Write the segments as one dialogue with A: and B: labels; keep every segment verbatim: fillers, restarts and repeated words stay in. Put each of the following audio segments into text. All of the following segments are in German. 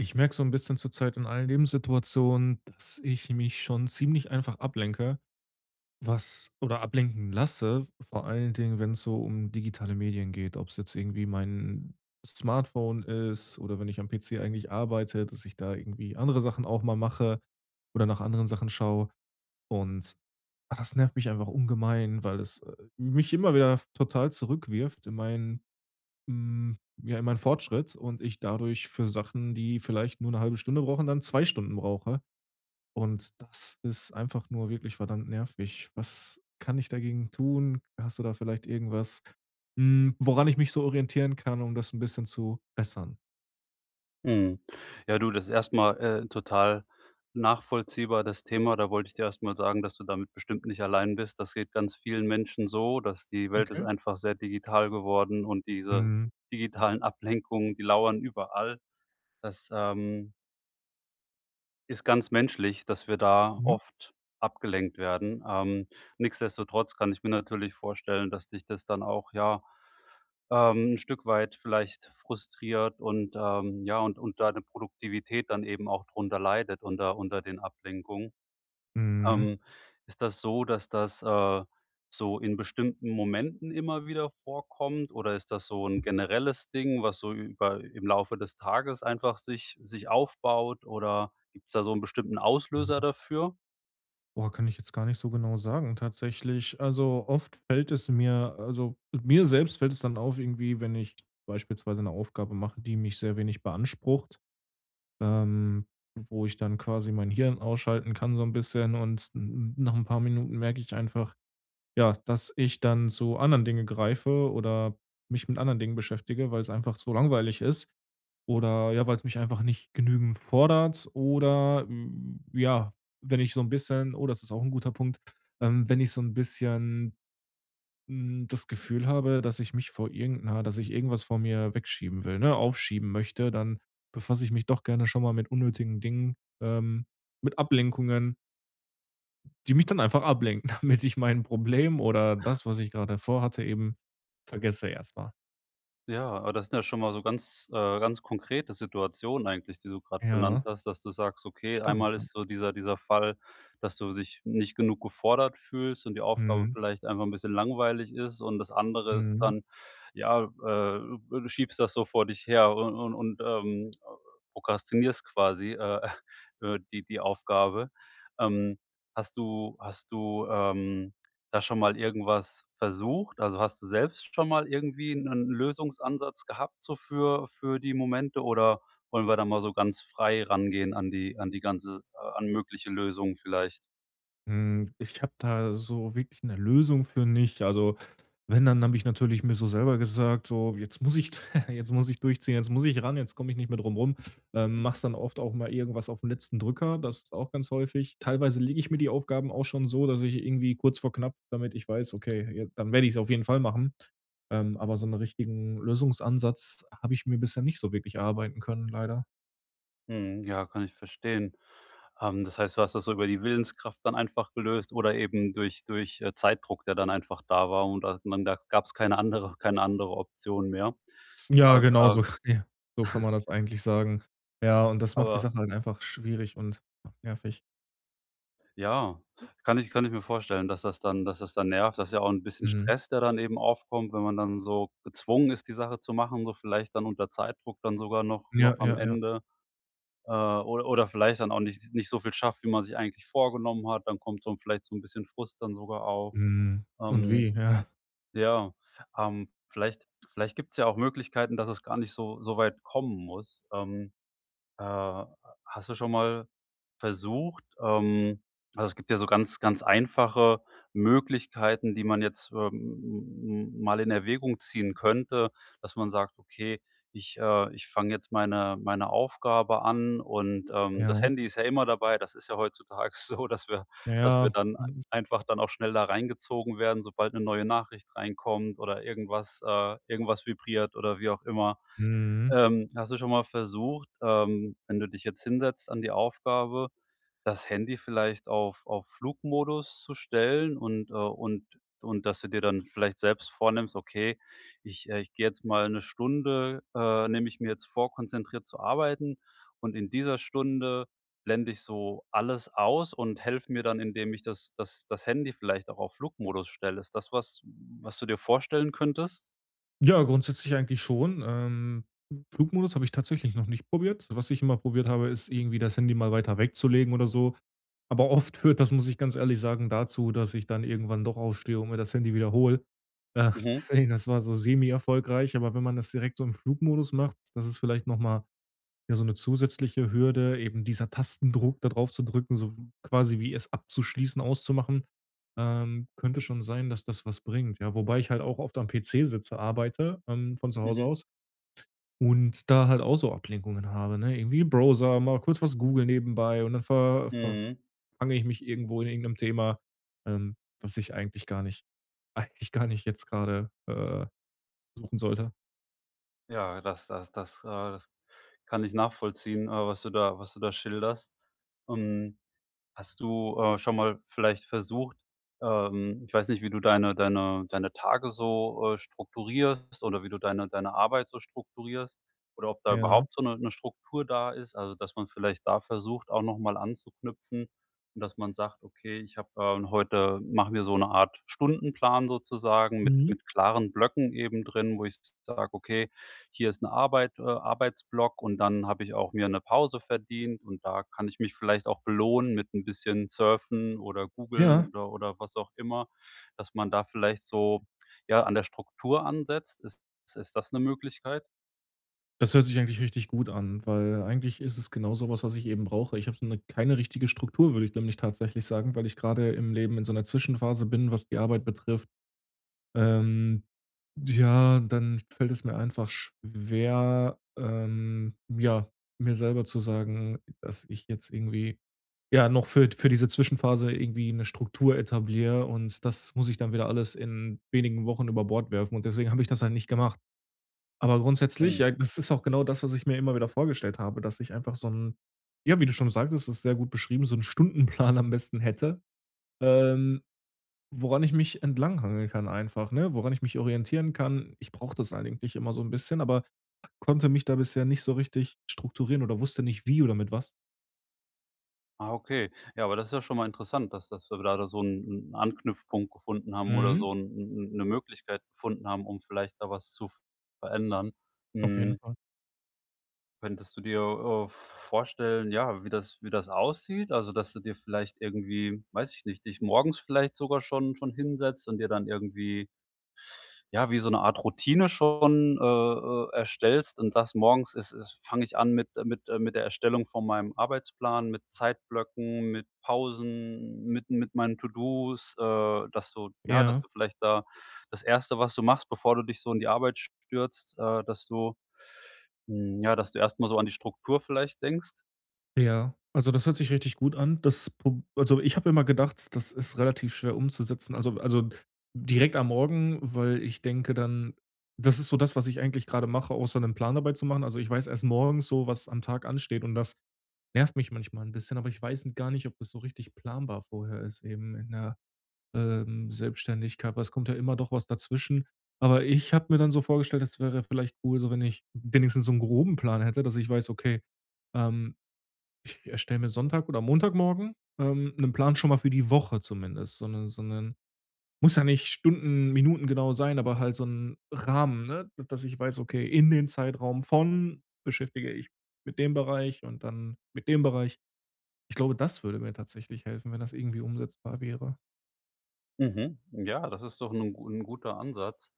A: Ich merke so ein bisschen zurzeit in allen Lebenssituationen, dass ich mich schon ziemlich einfach ablenke, was oder ablenken lasse, vor allen Dingen, wenn es so um digitale Medien geht, ob es jetzt irgendwie mein Smartphone ist oder wenn ich am P C eigentlich arbeite, dass ich da irgendwie andere Sachen auch mal mache oder nach anderen Sachen schaue. Und, ah, Das nervt mich einfach ungemein, weil es, äh, mich immer wieder total zurückwirft in meinen hm, ja, immer ein Fortschritt und ich dadurch für Sachen, die vielleicht nur eine halbe Stunde brauchen, dann zwei Stunden brauche. Und das ist einfach nur wirklich verdammt nervig. Was kann ich dagegen tun? Hast du da vielleicht irgendwas, hm, woran ich mich so orientieren kann, um das ein bisschen zu bessern?
B: Mhm. Ja, du, das ist erst äh, total nachvollziehbar, das Thema. Da wollte ich dir erstmal sagen, dass du damit bestimmt nicht allein bist. Das geht ganz vielen Menschen so, dass die Welt ist
A: Okay.
B: einfach sehr digital geworden und diese
A: Mhm.
B: digitalen Ablenkungen, die lauern überall. Das, ähm Ist ganz menschlich, dass wir da
A: Mhm.
B: oft abgelenkt werden. Ähm, nichtsdestotrotz kann ich mir natürlich vorstellen, dass dich das dann auch, ja, ähm, 'n Stück weit vielleicht frustriert und, ähm, ja und und deine Produktivität dann eben auch drunter leidet unter unter den Ablenkungen.
A: Mhm.
B: Ähm, Ist das so, dass das, äh, so in bestimmten Momenten immer wieder vorkommt oder ist das so ein generelles Ding, was so über im Laufe des Tages einfach sich sich aufbaut oder gibt es da so einen bestimmten Auslöser
A: Ja.
B: dafür?
A: Boah, kann ich jetzt gar nicht so genau sagen tatsächlich. Also, oft fällt es mir also, mir selbst fällt es dann auf irgendwie, wenn ich beispielsweise eine Aufgabe mache, die mich sehr wenig beansprucht, ähm, wo ich dann quasi mein Hirn ausschalten kann so ein bisschen und n nach ein paar Minuten merke ich einfach, ja, dass ich dann zu anderen Dingen greife oder mich mit anderen Dingen beschäftige, weil es einfach so langweilig ist oder, ja, weil es mich einfach nicht genügend fordert oder, hm, ja, wenn ich so ein bisschen oh, das ist auch ein guter Punkt, ähm, wenn ich so ein bisschen hm, das Gefühl habe, dass ich mich vor irgend dass ich irgendwas vor mir wegschieben will, ne, aufschieben möchte, dann befasse ich mich doch gerne schon mal mit unnötigen Dingen, ähm, mit Ablenkungen, die mich dann einfach ablenken, damit ich mein Problem oder das, was ich grade vorhatte, eben vergesse erstmal.
B: Ja, aber das sind ja schon mal so ganz, äh ganz konkrete Situationen eigentlich, die du gerade genannt
A: Ja,
B: hast, dass du sagst: „Okay,
A: stimmt,
B: einmal
A: ja.
B: ist so dieser dieser Fall, dass du dich nicht genug gefordert fühlst und die Aufgabe
A: Mhm.
B: vielleicht einfach ein bisschen langweilig ist.“ Und das andere ist
A: Mhm.
B: dann, ja, äh, du schiebst das so vor dich her und und und, ähm, prokrastinierst quasi, äh, äh, die die Aufgabe. Ähm, hast du hast du, ähm da schon mal irgendwas versucht? Also, hast du selbst schon mal irgendwie 'nen 'n Lösungsansatz gehabt so für für die Momente oder wollen wir da mal so ganz frei rangehen an die an die ganze äh, an mögliche Lösungen vielleicht?
A: Hm, ich habe da so wirklich eine Lösung für nicht. Also, wenn, dann habe ich natürlich mir so selber gesagt: „So, jetzt muss ich jetzt muss ich durchziehen, jetzt muss ich ran, jetzt komme ich nicht mehr drum rum.“ Ähm, machst dann oft auch mal irgendwas auf 'n letzten Drücker, das ist auch ganz häufig. Teilweise lege ich mir die Aufgaben auch schon so, dass ich irgendwie kurz vor knapp damit ich weiß: „Okay, je dann werde ich es auf jeden Fall machen.“ Ähm, aber so einen richtigen Lösungsansatz habe ich mir bisher nicht so wirklich erarbeiten können, leider.
B: Mhm, ja, kann ich verstehen. Ähm, das heißt, du hast das so über die Willenskraft dann einfach gelöst oder eben durch durch, äh, Zeitdruck, der dann einfach da war und da man da gab's keine andere keine andere Option mehr.
A: Ja,
B: Aber
A: genau
B: aber
A: so. Ja, so kann man das eigentlich sagen. Ja, und das macht die
B: aber
A: Sache halt einfach schwierig und nervig.
B: ja, kann ich kann ich mir vorstellen, dass das dann dass das dann nervt. Das ist ja auch ein bisschen
A: Mhm.
B: Stress, der dann eben aufkommt, wenn man dann so gezwungen ist, die Sache zu machen, so vielleicht dann unter Zeitdruck dann sogar noch noch
A: Ja,
B: am
A: ja, ja.
B: Ende, äh, oder oder vielleicht dann auch nicht nicht so viel schafft, wie man sich eigentlich vorgenommen hat. Dann kommt so vielleicht so ein bisschen Frust dann sogar auf.
A: Mhm. Und
B: Ähm,
A: wie, ja.
B: ja, ähm, vielleicht vielleicht gibt's ja auch Möglichkeiten, dass es gar nicht so so weit kommen muss. Ähm äh, hast du schon mal versucht ähm, also, es gibt ja so ganz, ganz einfache Möglichkeiten, die man jetzt, ähm, m mal in Erwägung ziehen könnte, dass man sagt: „Okay, ich äh, ich fange jetzt meine meine Aufgabe an“ und, ähm, das
A: Ja,
B: Handy ist ja immer dabei. Das ist ja heutzutage so, dass wir dass wir
A: ja.
B: dann einfach dann auch schnell da reingezogen werden, sobald eine neue Nachricht reinkommt oder irgendwas äh, irgendwas vibriert oder wie auch immer.
A: Mhm.
B: Ähm, hast du schon mal versucht, ähm, wenn du dich jetzt hinsetzt an die Aufgabe, das Handy vielleicht auf auf Flugmodus zu stellen und, äh und und dass du dir dann vielleicht selbst vornimmst: „Okay, ich äh, ich gehe jetzt mal eine Stunde äh, nehme ich mir jetzt vor, konzentriert zu arbeiten und in dieser Stunde blende ich so alles aus und helfe mir dann, indem ich das das das Handy vielleicht auch auf Flugmodus stelle.“ Ist das was, was du dir vorstellen könntest?
A: Ja, grundsätzlich eigentlich schon. Ähm, Flugmodus habe ich tatsächlich noch nicht probiert. Was ich immer probiert habe, ist irgendwie das Handy mal weiter wegzulegen oder so. Aber oft führt das, muss ich ganz ehrlich sagen, dazu, dass ich dann irgendwann doch aufstehe und mir das Handy wieder hole. Äh,
B: Mhm,
A: deswegen, das war so semi-erfolgreich, aber wenn man das direkt so im Flugmodus macht, das ist vielleicht noch mal ja so eine zusätzliche Hürde, eben dieser Tastendruck da drauf zu drücken, so quasi wie es abzuschließen, auszumachen. Ähm, könnte schon sein, dass das was bringt, ja. Wobei ich halt auch oft am P C sitze, arbeite, ähm, von zu Hause
B: mhm,
A: aus und da halt auch so Ablenkungen habe, ne? Irgendwie Browser, mal kurz was Google nebenbei und dann ver ver
B: mhm.
A: fange ich mich irgendwo in irgendeinem Thema, ähm, was ich eigentlich gar nicht eigentlich gar nicht jetzt gerade, äh, suchen sollte.
B: Ja, das das das, äh, das kann ich nachvollziehen, äh, was du da was du da schilderst. Ähm, hast du, äh, schon mal vielleicht versucht ähm, ich weiß nicht, wie du deine deine deine Tage so, äh, strukturierst oder wie du deine deine Arbeit so strukturierst oder ob da
A: Ja.
B: überhaupt so eine 'ne Struktur da ist, also, dass man vielleicht da versucht, auch noch mal anzuknüpfen und dass man sagt: „Okay, ich habe, ähm, heute mache mir so eine Art Stundenplan sozusagen mit
A: Mhm.
B: mit klaren Blöcken eben drin, wo ich sage: 'Okay, hier ist ein Arbeit äh, Arbeitsblock und dann habe ich auch mir eine Pause verdient und da kann ich mich vielleicht auch belohnen mit ein bisschen Surfen oder
A: Ja,
B: Googeln oder oder was auch immer, dass man da vielleicht so, ja, an der Struktur ansetzt. Ist ist das eine Möglichkeit?
A: das hört sich eigentlich richtig gut an, weil eigentlich ist es genau sowas, was ich eben brauche. Ich habe so 'ne keine richtige Struktur, würde ich nämlich tatsächlich sagen, weil ich gerade im Leben in so einer Zwischenphase bin, was die Arbeit betrifft. Ähm, ja, dann fällt es mir einfach schwer, ähm, ja, mir selber zu sagen, dass ich jetzt irgendwie ja, noch für für diese Zwischenphase irgendwie eine Struktur etabliere und das muss ich dann wieder alles in wenigen Wochen über Bord werfen und deswegen habe ich das halt nicht gemacht. Aber grundsätzlich,
B: Mhm.
A: ja, das ist auch genau das, was ich mir immer wieder vorgestellt habe, dass ich einfach so ein ja, wie du schon sagtest, das ist sehr gut beschrieben, so 'n Stundenplan am besten hätte, ähm, woran ich mich entlanghangeln kann einfach, ne? Woran ich mich orientieren kann. Ich brauche das eigentlich immer so ein bisschen, aber konnte mich da bisher nicht so richtig strukturieren oder wusste nicht wie oder mit was.
B: Ah, okay. Ja, aber das ist ja schon mal interessant, dass dass wir da da so einen Anknüpfpunkt gefunden haben oder
A: Mhm,
B: so 'n 'n 'ne Möglichkeit gefunden haben, um vielleicht da was zu verändern.
A: auf jeden
B: Mhm.
A: Fall.
B: Könntest du dir, äh, vorstellen, ja, wie das wie das aussieht? Also, dass du dir vielleicht irgendwie, weiß ich nicht, dich morgens vielleicht sogar schon schon hinsetzt und dir dann irgendwie ja, wie so eine Art Routine schon, äh, äh, erstellst und sagst: „Morgens ist ist fange ich an mit äh, mit äh, mit der Erstellung von meinem Arbeitsplan, mit Zeitblöcken, mit Pausen, mit mit meinen To-dos“, äh, dass du ja, dass
A: Ja.
B: du vielleicht da das erste was du machst, bevor du dich so in die Arbeit stürzt, äh, dass du hm, ja, dass du erstmal so an die Struktur vielleicht denkst.
A: Ja, also das hört sich richtig gut an. Das Pro also ich habe immer gedacht, das ist relativ schwer umzusetzen. Also also direkt am Morgen, weil ich denke dann das ist so das, was ich eigentlich gerade mache, außer einen Plan dabei zu machen. Also, ich weiß erst morgens so, was am Tag ansteht und das nervt mich manchmal ein bisschen, aber ich weiß gar nicht, ob das so richtig planbar vorher ist eben in der, ähm, Selbstständigkeit, weil es kommt ja immer doch was dazwischen. Aber ich habe mir dann so vorgestellt, es wäre vielleicht cool, so wenn ich wenigstens so einen groben Plan hätte, dass ich weiß, okay, ähm ich erstelle mir Sonntag oder Montagmorgen, ähm, 'nen Plan schon mal für die Woche zumindest, so 'ne so 'nen muss ja nicht Stunden, Minuten genau sein, aber halt so einen Rahmen, ne, dass ich weiß, okay, in den Zeitraum von beschäftige ich mit dem Bereich und dann mit dem Bereich. Ich glaube, das würde mir tatsächlich helfen, wenn das irgendwie umsetzbar wäre.
B: Mhm. Ja, das ist doch ein gu 'n guter Ansatz.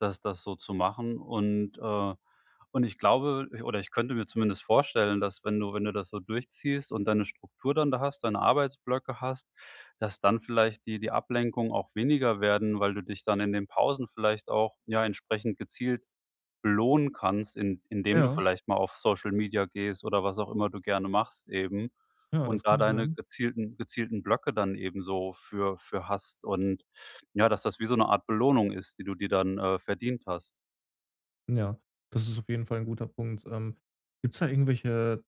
B: Das das so zu machen. Und, äh und ich glaube ich- oder ich könnte mir zumindest vorstellen, dass wenn du wenn du das so durchziehst und deine Struktur dann da hast, deine Arbeitsblöcke hast, dass dann vielleicht die die Ablenkungen auch weniger werden, weil du dich dann in den Pausen vielleicht auch, ja, entsprechend gezielt belohnen kannst, in indem du
A: Ja,
B: vielleicht mal auf Social Media gehst oder was auch immer du gerne machst eben
A: ja, das
B: und da
A: kann
B: deine
A: sein.
B: gezielten gezielten Blöcke dann eben so für für hast und ja, dass das wie so eine Art Belohnung ist, die du dir dann, äh, verdient hast.
A: Ja, das ist auf jeden Fall ein guter Punkt. Ähm, Gibt es da irgendwelche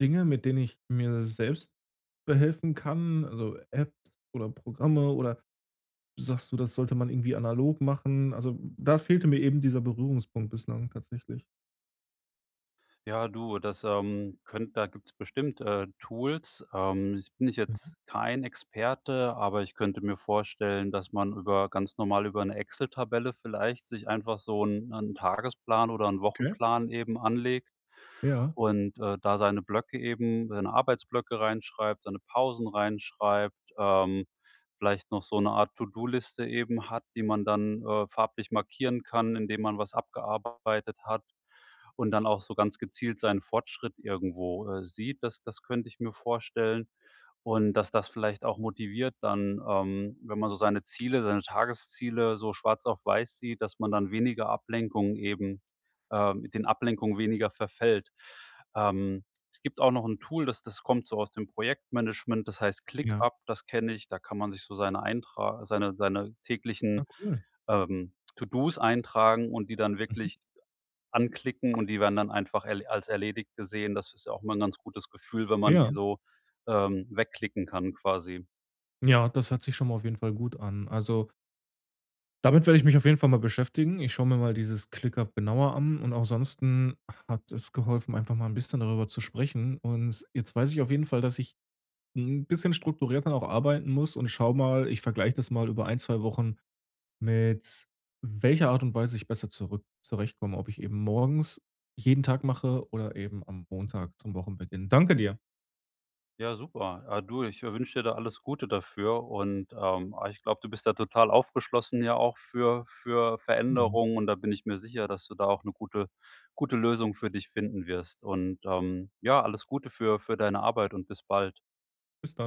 A: Dinge, mit denen ich mir selbst behelfen kann, also Apps oder Programme oder sagst du, das sollte man irgendwie analog machen? Also, da fehlte mir eben dieser Berührungspunkt bislang tatsächlich.
B: Ja, du, das, ähm, könnt da gibt's bestimmt, äh, Tools. Ähm, ich bin nicht
A: Mhm,
B: jetzt kein Experte, aber ich könnte mir vorstellen, dass man über ganz normal über eine Excel-Tabelle vielleicht sich einfach so einen 'n Tagesplan oder einen
A: okay.
B: Wochenplan eben anlegt
A: Ja,
B: und, äh, da seine Blöcke eben seine Arbeitsblöcke reinschreibt, seine Pausen reinschreibt, ähm, vielleicht noch so eine Art To-do-Liste eben hat, die man dann, äh, farblich markieren kann, indem man was abgearbeitet hat und dann auch so ganz gezielt seinen Fortschritt irgendwo, äh, sieht. Das das könnte ich mir vorstellen und dass das vielleicht auch motiviert dann, ähm, wenn man so seine Ziele, seine Tagesziele so schwarz auf weiß sieht, dass man dann weniger Ablenkungen eben äh, mit den Ablenkungen weniger verfällt. Ähm, Es gibt auch noch ein Tool, das das kommt so aus dem Projektmanagement, das heißt
A: ja.
B: ClickUp, das kenne ich. Da kann man sich so seine Eintra seine seine
A: Ah,
B: täglichen,
A: cool.
B: ähm, To-dos eintragen und die dann
A: Mhm.
B: wirklich anklicken und die werden dann einfach erle als erledigt gesehen. Das ist ja auch mal ein ganz gutes Gefühl, wenn man
A: Ja,
B: die so, ähm, wegklicken kann quasi.
A: ja, das hört sich schon mal auf jeden Fall gut an. Also, damit werde ich mich auf jeden Fall mal beschäftigen. Ich schaue mir mal dieses ClickUp genauer an und auch sonst hat es geholfen, einfach mal ein bisschen darüber zu sprechen. Und jetzt weiß ich auf jeden Fall, dass ich ein bisschen strukturierter auch arbeiten muss und schaue mal ich vergleiche das mal über ein zwei Wochen, mit welcher Art und Weise ich besser zurück zurechtkomme, ob ich eben morgens jeden Tag mache oder eben am Montag zum Wochenbeginn. Danke dir.
B: Ja, super. Ah, du, ich äh, wünsche dir da alles Gute dafür und, ähm, ah, ich glaube, du bist da total aufgeschlossen ja auch für für
A: Genau.
B: Veränderungen und da bin ich mir sicher, dass du da auch eine gute gute Lösung für dich finden wirst und, ähm, ja, alles Gute für für deine Arbeit und bis bald.
A: Bis dann.